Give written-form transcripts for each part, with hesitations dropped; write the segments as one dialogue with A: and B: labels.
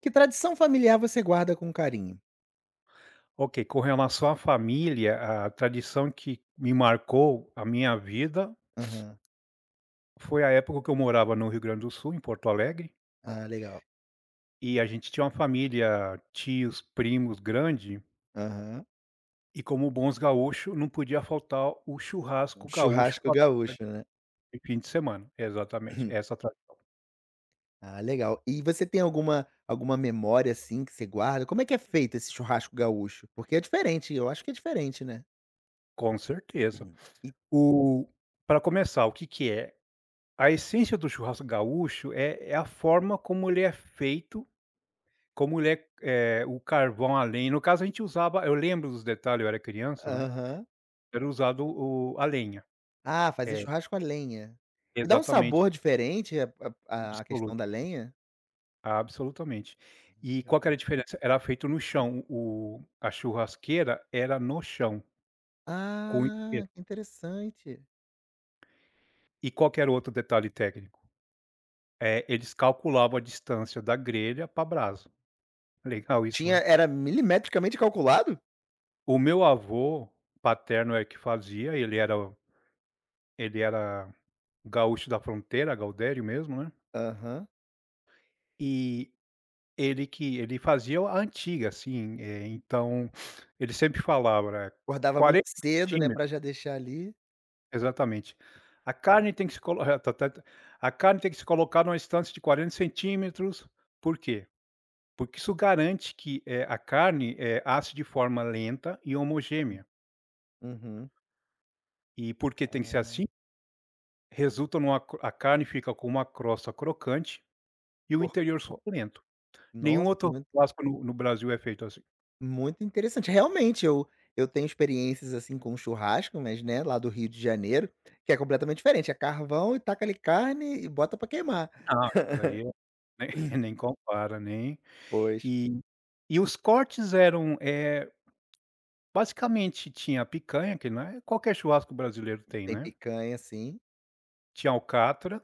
A: Que tradição familiar você guarda com carinho?
B: Ok, com relação à família, a tradição que me marcou a minha vida
A: Aham.
B: foi a época que eu morava no Rio Grande do Sul, em Porto Alegre,
A: Ah, legal.
B: e a gente tinha uma família, tios, primos grande,
A: Aham.
B: e como bons gaúchos, não podia faltar o
A: Um
B: churrasco gaúcho
A: churrasco gaúcho, né.
B: de fim de semana. Exatamente,
A: Ah, legal. E você tem alguma memória, assim, que você guarda? Como é que é feito esse churrasco gaúcho? Porque é diferente, eu acho que é diferente, né.
B: com certeza.
A: Uhum. E
B: O Para começar, o que que é? A essência do churrasco gaúcho é a forma como ele é feito. Como ele é, é o carvão, a lenha, no caso a gente usava, eu lembro dos detalhes, eu era criança, né,
A: aham.
B: era usado o a lenha.
A: Ah, fazer
B: É,
A: churrasco à lenha. E dá um
B: exatamente,
A: sabor diferente a
B: absoluto,
A: questão da lenha?
B: absolutamente. E
A: Legal.
B: qual que era a diferença? Era feito no chão, o a churrasqueira era no chão, com
A: Ah,
B: espeto.
A: que interessante.
B: E qual que era o outro detalhe técnico? Eles calculavam a distância da grelha para a brasa. Legal isso, né.
A: Tinha era milimetricamente calculado?
B: O meu avô paterno é que fazia, ele era gaúcho da fronteira, gaudério mesmo, né.
A: Aham.
B: E ele que ele fazia a antiga, assim, então ele sempre falava, né,
A: Acordava muito
B: 40
A: cedo, né,
B: centímetros,
A: pra já deixar ali.
B: exatamente. A carne tem que se colo eh, ta ta ta a carne tem que se colocar numa distância de 40 centímetros, por quê? Porque isso garante que, a carne, asse de forma lenta e homogênea.
A: Uhum.
B: E porque tem que ser assim,
A: Ah,
B: resulta numa cro a carne fica com uma crosta crocante e o
A: por
B: interior
A: po
B: suculento. Nenhum
A: Nossa,
B: outro
A: muito
B: churrasco no Brasil é feito assim.
A: muito interessante. Realmente, eu tenho experiências, assim, com churrasco, mas, né, lá do Rio de Janeiro, que é completamente diferente, é carvão e taca ali carne e bota pra queimar.
B: Ah, daí é Nem nem compara, nem
A: Pois,
B: e e os cortes eram, basicamente tinha a picanha, que não é qualquer churrasco brasileiro tem,
A: tem
B: né.
A: picanha, assim.
B: Tinha alcatra,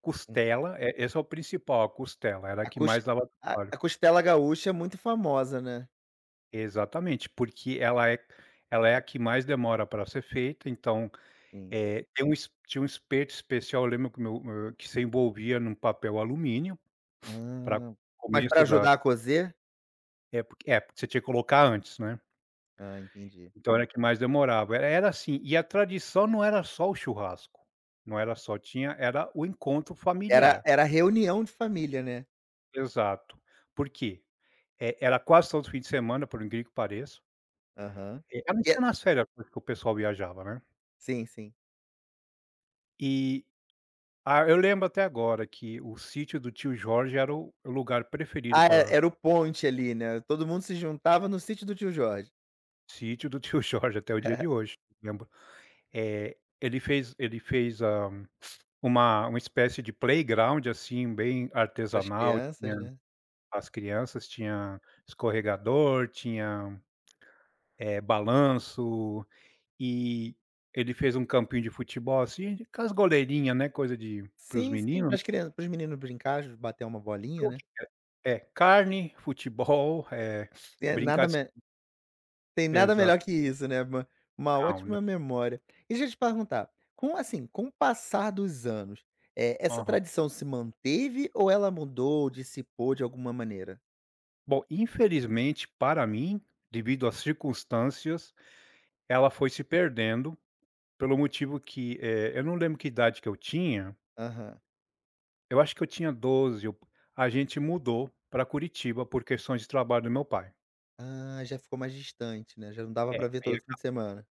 B: costela, esse é o principal, a costela, era a
A: A
B: que
A: cos
B: mais dava
A: a
B: trabalho.
A: a costela gaúcha é muito famosa, né.
B: Exatamente, porque ela é a que mais demora para ser feita, então,
A: Sim.
B: é tem um es tinha um espeto especial, eu lembro que meu que se envolvia num papel alumínio para
A: Ah, mas pra
B: começo da
A: ajudar a cozer?
B: porque você tinha que colocar antes, né.
A: Ah, entendi.
B: Então era a que mais demorava. Era assim, e a tradição não era só o churrasco, não era só, tinha, era o encontro
A: Era
B: familiar.
A: era reunião de família, né.
B: Exato. Por quê? Era quase todo fim de semana, por incrível que pareça.
A: Aham.
B: A não
A: E é
B: ser nas férias que o pessoal viajava, né.
A: sim, sim.
B: E, ah, eu lembro até agora que o sítio do tio Jorge era o lugar preferido
A: Ah, é
B: para
A: era o ponte ali, né, todo mundo se juntava no sítio do tio Jorge.
B: sítio do tio Jorge até o dia de hoje, lembro. Ele fez uma espécie de playground, assim, bem
A: Para as
B: artesanal.
A: crianças, né.
B: As crianças tinha escorregador, tinha, balanço, e ele fez um campinho de futebol, assim, com as goleirinhas, né, coisa de para os
A: Sim, sim, para
B: meninos.
A: as crianças para os meninos brincar, j bater uma bolinha,
B: Então,
A: né.
B: é, carne, futebol,
A: É nada
B: brincar de
A: me Tem nada
B: exato,
A: melhor que isso, né, uma
B: não, não.
A: ótima memória. E deixa eu te perguntar, com assim, com o passar dos anos, essa
B: Aham.
A: tradição se manteve ou ela mudou, dissipou de alguma maneira?
B: Bom, infelizmente para mim, devido às circunstâncias, ela foi se perdendo, pelo motivo que, eu não lembro que idade que eu tinha.
A: Aham.
B: Eu acho que eu tinha 12. Eu A gente mudou para Curitiba por questões de trabalho do meu pai.
A: Ah, já ficou mais distante, né, já não dava
B: É,
A: para ver
B: aí
A: todo fim de semana.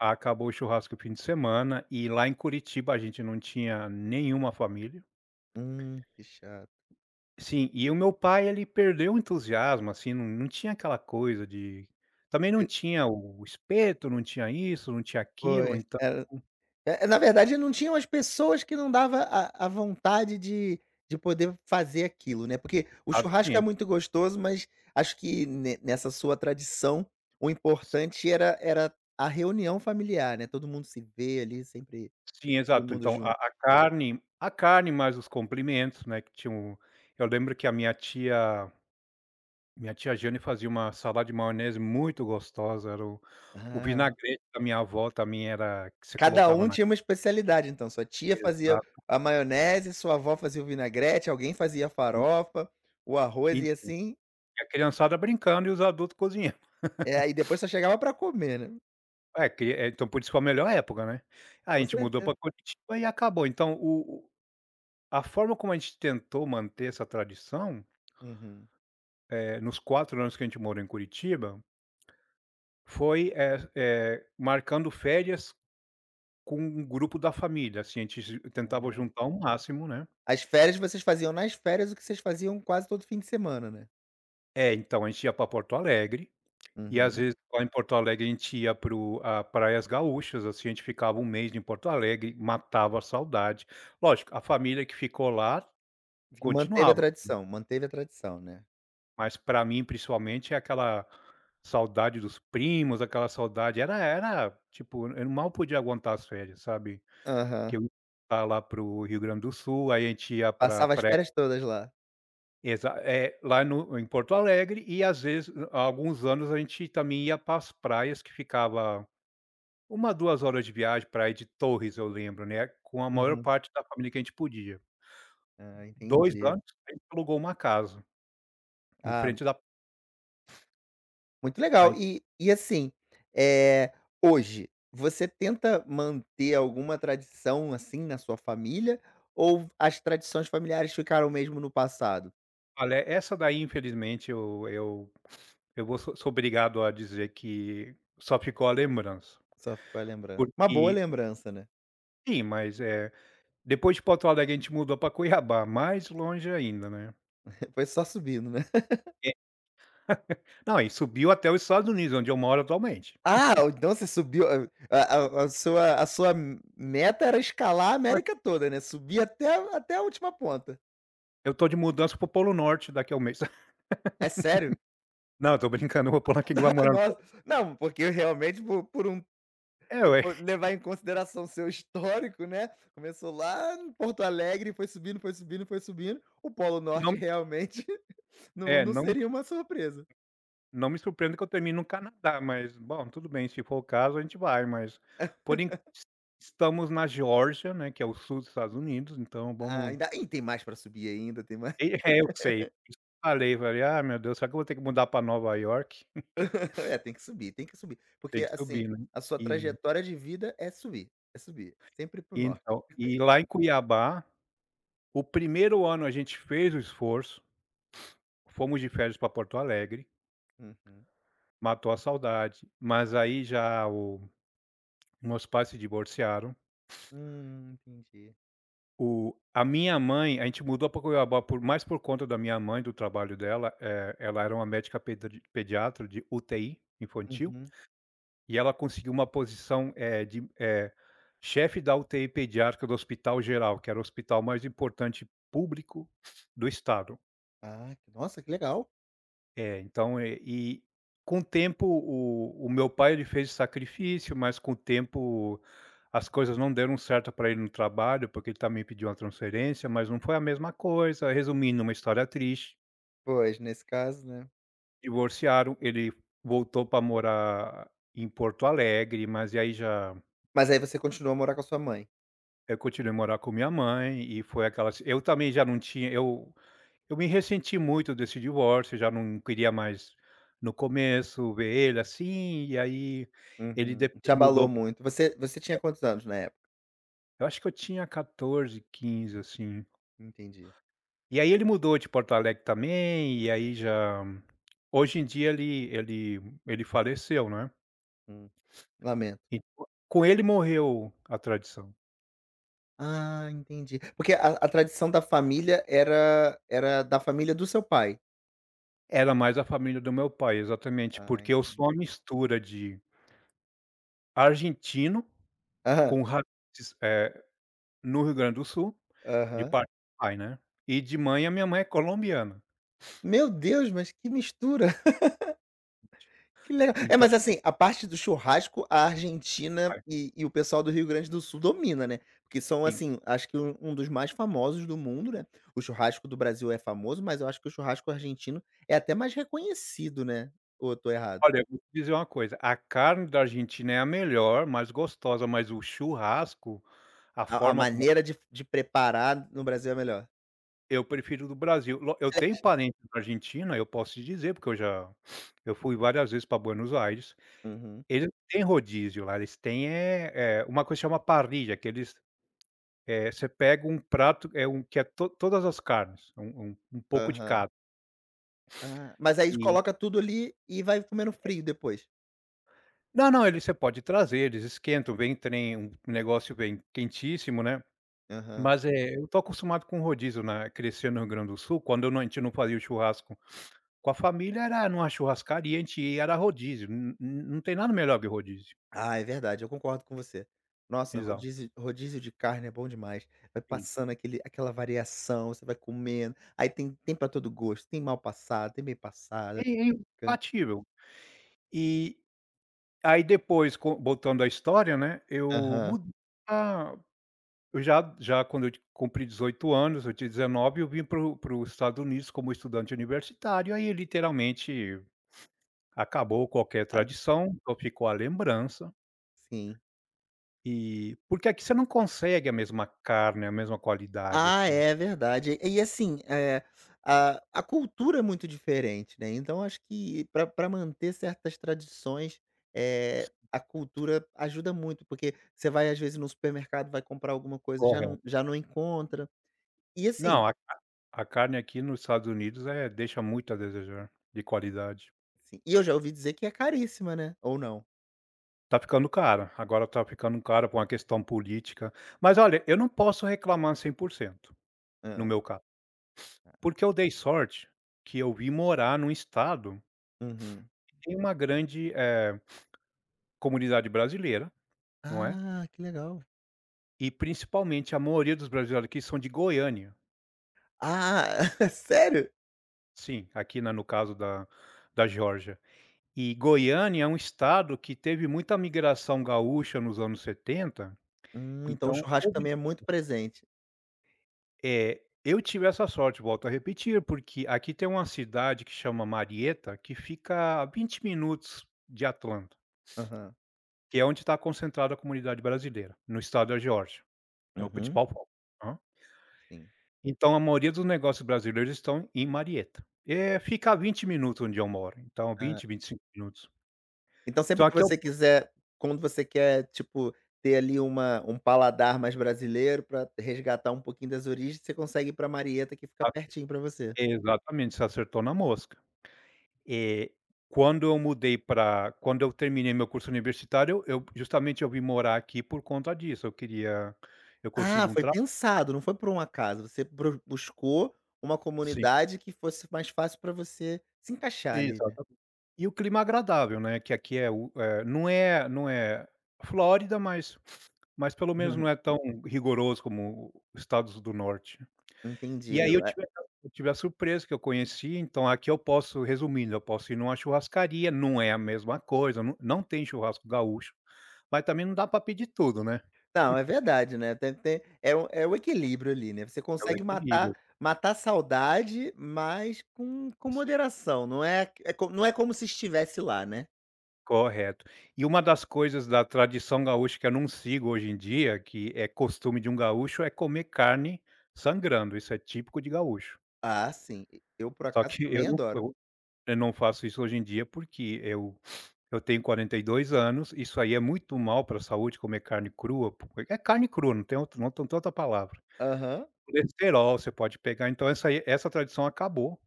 B: acabou o churrasco no fim de semana e lá em Curitiba a gente não tinha nenhuma família.
A: Que chato.
B: Sim, e o meu pai ele perdeu o entusiasmo, assim, não tinha aquela coisa de, também não
A: De
B: tinha o espeto, não tinha isso, não tinha aquilo,
A: Pois,
B: então
A: é, é, na verdade não tinham as pessoas que não dava a vontade de poder fazer aquilo, né, porque o churrasco é
B: exatamente.
A: muito gostoso, mas acho que ne nessa sua tradição, o importante era a reunião familiar, né, todo mundo se vê ali, sempre
B: Sim,
A: todo
B: exato.
A: mundo
B: Então a
A: junto.
B: a carne a carne mais os complementos, né, que tinha eu lembro que a minha tia, minha tia Jane fazia uma salada de maionese muito gostosa, era o
A: Ah,
B: vinagrete da minha avó também, era que você
A: cada
B: colocava
A: um
B: na,
A: tinha uma especialidade então, sua tia fazia
B: exato,
A: a maionese, sua avó fazia o vinagrete, alguém fazia a
B: e
A: farofa, o arroz e assim,
B: a criançada brincando e os adultos cozinhando.
A: é e depois só chegava para comer, né.
B: É que é, então por isso foi a melhor época, né. A
A: Com
B: gente mudou
A: certeza.
B: para Curitiba e acabou, então o a forma como a gente tentou manter essa tradição,
A: Uhum.
B: eh nos 4 anos que a gente morou em Curitiba, foi marcando férias com um grupo da família, assim, a gente ju tentava
A: Ah.
B: juntar o máximo, né.
A: As férias vocês faziam nas férias o que vocês faziam quase todo fim de semana, né?
B: É, então, a gente ia para Porto Alegre, e às
A: Uhum.
B: vezes lá em Porto Alegre a gente ia para o a praias gaúchas, assim, a gente ficava um mês em Porto Alegre, matava a saudade. Lógico, a família que ficou lá
A: Que manteve a
B: continuava,
A: tradição, manteve a tradição, né?
B: mas para mim principalmente é aquela saudade dos primos, aquela saudade era tipo, eu mal podia aguentar as férias, sabe. Que
A: Aham.
B: eu ia lá para o Rio Grande do Sul, aí a gente ia para
A: Passava as
B: pra
A: férias todas lá.
B: Lá no em Porto Alegre e às vezes há alguns anos a gente também ia para as praias que ficava uma 2 horas de viagem, praia de Torres eu lembro, né, com a maior
A: Uhum.
B: parte da família que a gente podia.
A: Ah,
B: dois
A: entendi.
B: anos a gente alugou uma casa, em
A: Ah,
B: frente da
A: muito legal.
B: aí
A: E assim, eh, hoje, você tenta manter alguma tradição, assim, na sua família ou as tradições familiares ficaram mesmo no passado?
B: olha, essa daí infelizmente eu vou sou sou obrigado a dizer que só ficou a lembrança,
A: Só ficou a lembran uma boa
B: porque
A: lembrança, né?
B: sim, mas, depois de Porto Alegre a gente mudou para Cuiabá, mais longe ainda, né.
A: Foi só subindo, né?
B: Não, e subiu até os Estados Unidos, onde eu moro atualmente.
A: Ah, então você subiu a sua meta era escalar a
B: Olha.
A: América toda, né, subir até até a última ponta.
B: Eu tô de mudança para o Polo Norte daqui a um mês.
A: É sério?
B: Não, eu tô brincando, eu vou pular quem vai morar no
A: Nossa.
B: Polo.
A: Não, porque eu realmente por um
B: É,
A: se
B: ué.
A: levar em consideração seu histórico, né, começou lá em Porto Alegre, foi subindo, foi subindo, foi subindo, o Polo
B: Não
A: Norte
B: me-
A: realmente não
B: é,
A: não
B: não me
A: seria uma surpresa.
B: não me surpreenda que eu termine no Canadá, mas, bom, tudo bem, se for o caso, a gente vai, mas por enquanto estamos na Geórgia, né, que é o sul dos Estados Unidos, então
A: Ah,
B: vamos.
A: ainda ih, tem mais para subir ainda, tem mais
B: E é, eu sei. Falei: "Ah, meu Deus, será que eu vou ter que mudar para Nova York?"
A: é, tem que subir,
B: Tem
A: porque,
B: que
A: assim,
B: subir, né.
A: a sua
B: E
A: trajetória de vida é subir, é subir, é sempre para o
B: e
A: norte.
B: então, e lá em Cuiabá, o primeiro ano a gente fez o esforço. Fomos de férias para Porto Alegre,
A: Uhum.
B: matou a saudade, mas aí já o meus pais se divorciaram.
A: Entendi.
B: O A minha mãe, a gente mudou para Cuiabá por conta da minha mãe, do trabalho dela, ela era uma médica pedri pediatra de UTI infantil,
A: Uhum.
B: e ela conseguiu uma posição, chefe da UTI pediátrica do Hospital Geral, que era o hospital mais importante público do estado.
A: Ah, que nossa, que legal.
B: É, então, e com o tempo o meu pai, ele fez sacrifício, mas com o tempo as coisas não deram certo para ele no trabalho, porque ele também pediu uma transferência, mas não foi a mesma coisa. Resumindo, uma história triste,
A: Pois, nesse caso, né.
B: divorciaram, ele voltou para morar em Porto Alegre, mas e aí já
A: Mas aí você continuou a morar com a sua mãe?
B: eu continuei a morar com minha mãe e foi aquelas, eu também já não tinha, eu me ressenti muito desse divórcio, já não queria mais no começo ver ele assim, e aí ele
A: Uhum. Te
B: depois
A: abalou
B: mudou,
A: muito. Você tinha quantos anos na época?
B: eu acho que eu tinha 14, 15, assim.
A: Entendi.
B: E aí ele mudou de Porto Alegre também, e aí já hoje em dia ele faleceu, né,
A: Hum. Lamento.
B: e com ele morreu a tradição.
A: Ah, entendi. Porque a tradição da família era da família do seu pai?
B: Era mais a família do meu pai, exatamente,
A: Ai.
B: porque eu sou uma mistura de argentino
A: Aham.
B: com raízes, no Rio Grande do Sul. De
A: Aham.
B: parte pai, né. E de mãe, a minha mãe é colombiana.
A: Meu Deus, mas que mistura. Que legal. É,
B: Então
A: mas assim, a parte do churrasco, a Argentina
B: é,
A: e o pessoal do Rio Grande do Sul domina, né. Porque são,
B: sim.
A: assim, acho que um dos mais famosos do mundo, né. O churrasco do Brasil é famoso, mas eu acho que o churrasco argentino é até mais reconhecido, né. Ou eu tô errado?
B: Olha, eu vou te dizer uma coisa, a carne da Argentina é a melhor, mais gostosa, mas o churrasco, a
A: A
B: forma como,
A: maneira de preparar no Brasil é melhor.
B: eu prefiro do Brasil. Lo Eu tenho parente na Argentina, eu posso te dizer, porque eu já, eu fui várias vezes pra Buenos Aires.
A: Uhum.
B: Eles não têm rodízio lá, eles têm, uma coisa que chama parrilla, que eles, você pega um prato, é um que é to todas as carnes, um pouco de
A: Aham.
B: cada.
A: Ah, mas aí
B: E
A: coloca tudo ali e vai comendo frio depois?
B: não, não, ele, você pode trazer, eles esquentam, vem, trem, um negócio, vem quentíssimo, né.
A: Aham.
B: Mas, eu tô acostumado com rodízio, né, crescendo no Rio Grande do Sul, quando eu não, a gente não fazia o churrasco com a família, era numa churrascaria, a gente ia, era rodízio, n n não tem nada melhor que rodízio.
A: Ah, é verdade, eu concordo com você. Nossa,
B: Exato.
A: rodízio de carne é bom demais. Vai
B: Sim.
A: passando aquele aquela variação, você vai comendo, aí tem para todo gosto, tem mal passada, tem bem
B: É
A: passada,
B: é
A: picante
B: imbatível. E aí depois, co voltando à história, né, eu
A: aham.
B: mud ah, eu já já quando eu cumpri 18 anos, eu tinha 19, eu vim para o Estados Unidos como estudante universitário, aí literalmente acabou qualquer
A: Ah,
B: tradição, só ficou a lembrança,
A: sim.
B: e porque aqui você não consegue a mesma carne, a mesma qualidade,
A: Ah,
B: assim.
A: é verdade. E assim, a cultura é muito diferente, né, então acho que para manter certas tradições, a cultura ajuda muito, porque você vai às vezes no supermercado, vai comprar alguma coisa, já não
B: Correto.
A: já não encontra. E assim
B: Não, a carne aqui nos Estados Unidos, deixa muito a desejar de qualidade.
A: sim. E eu já ouvi dizer que é caríssima, né? Ou não?
B: Tá ficando cara, agora tá ficando cara por uma questão política. Mas olha, eu não posso reclamar 100% no
A: Hã.
B: meu caso, porque eu dei sorte que eu vim morar num estado
A: Uhum.
B: que tem uma grande, comunidade brasileira, não é,
A: Ah, que legal.
B: e principalmente a maioria dos brasileiros aqui são de Goiânia.
A: Ah, sério?
B: Sim, aqui na no caso da da Geórgia. E Goiânia é um estado que teve muita migração gaúcha nos anos 70,
A: Então o
B: então
A: churrasco
B: houve,
A: também é muito presente.
B: é, eu tive essa sorte, volto a repetir, porque aqui tem uma cidade que chama Marieta, que fica a 20 minutos de Atlanta,
A: Aham.
B: que é onde está concentrada a comunidade brasileira, no estado da Geórgia, é o
A: Uhum,
B: principal foco. Aham.
A: sim.
B: Então a maioria dos negócios brasileiros estão em Marieta. É, fica a 20 minutos onde eu moro, então
A: Ah,
B: vinte, 25 minutos.
A: então
B: Então
A: sempre que
B: aqui é o,
A: você quiser quando você quer, tipo, ter ali uma um paladar mais brasileiro pra resgatar um pouquinho das origens, você consegue ir pra Marieta, que fica pertinho pra você.
B: exatamente, você acertou na mosca. Eh, quando eu terminei meu curso universitário, eu justamente eu vim morar aqui por conta disso, eu queria, eu consegui
A: Ah,
B: um
A: foi
B: trabalho,
A: pensado, não foi por um acaso, você bru buscou uma
B: sim,
A: comunidade que fosse mais fácil pra você se encaixar ali, né?
B: exatamente. E o clima agradável, né, que aqui é o não é, não é Flórida, mas pelo menos não é tão rigoroso como o estados do norte.
A: Entendi,
B: E aí
A: é
B: eu tive a surpresa que eu conheci, então aqui eu posso, resumindo, eu posso ir numa churrascaria, não é a mesma coisa, não tem churrasco gaúcho. Mas também não dá para pedir tudo, né.
A: não, é verdade, né, tem tem é o é o equilíbrio ali, né, você
B: É o
A: consegue
B: equilíbrio.
A: matar matar a saudade, mas com
B: Sim,
A: moderação, não é como se estivesse lá, né.
B: correto. E uma das coisas da tradição gaúcha que eu não sigo hoje em dia, que é costume de um gaúcho, é comer carne sangrando, isso é típico de gaúcho.
A: Ah, sim, e- eu por
B: Só
A: acaso
B: que
A: também adoro.
B: eu não faço isso hoje em dia, porque eu tenho 42 anos, isso aí é muito mal para a saúde comer carne crua, porque é carne crua, não tem outro, não tem outra palavra.
A: Aham,
B: Colesterol você pode pegar, então essa aí essa tradição acabou.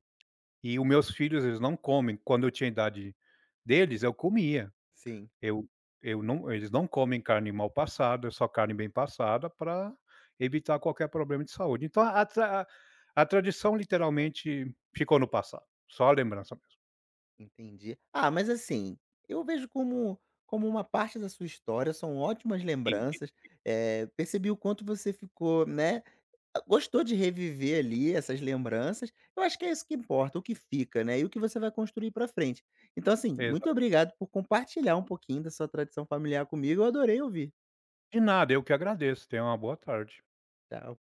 B: E os meus filhos, eles não comem. Quando eu tinha idade deles eu comia,
A: sim,
B: eu eu não eles não comem carne mal passada, é só carne bem passada para evitar qualquer problema de saúde. Então a tradição literalmente ficou no passado, só a lembrança mesmo.
A: entendi. Ah, mas assim, eu vejo como como uma parte da sua história, são ótimas
B: Entendi.
A: lembranças, percebi o quanto você ficou, né. Gostou de reviver ali essas lembranças, eu acho que é isso que importa, o que fica, né, e o que você vai construir pra frente. Então assim, muito
B: Exato.
A: obrigado por compartilhar um pouquinho da sua tradição familiar comigo, eu adorei ouvir.
B: De nada, eu que agradeço, tenha uma boa tarde.
A: Tchau.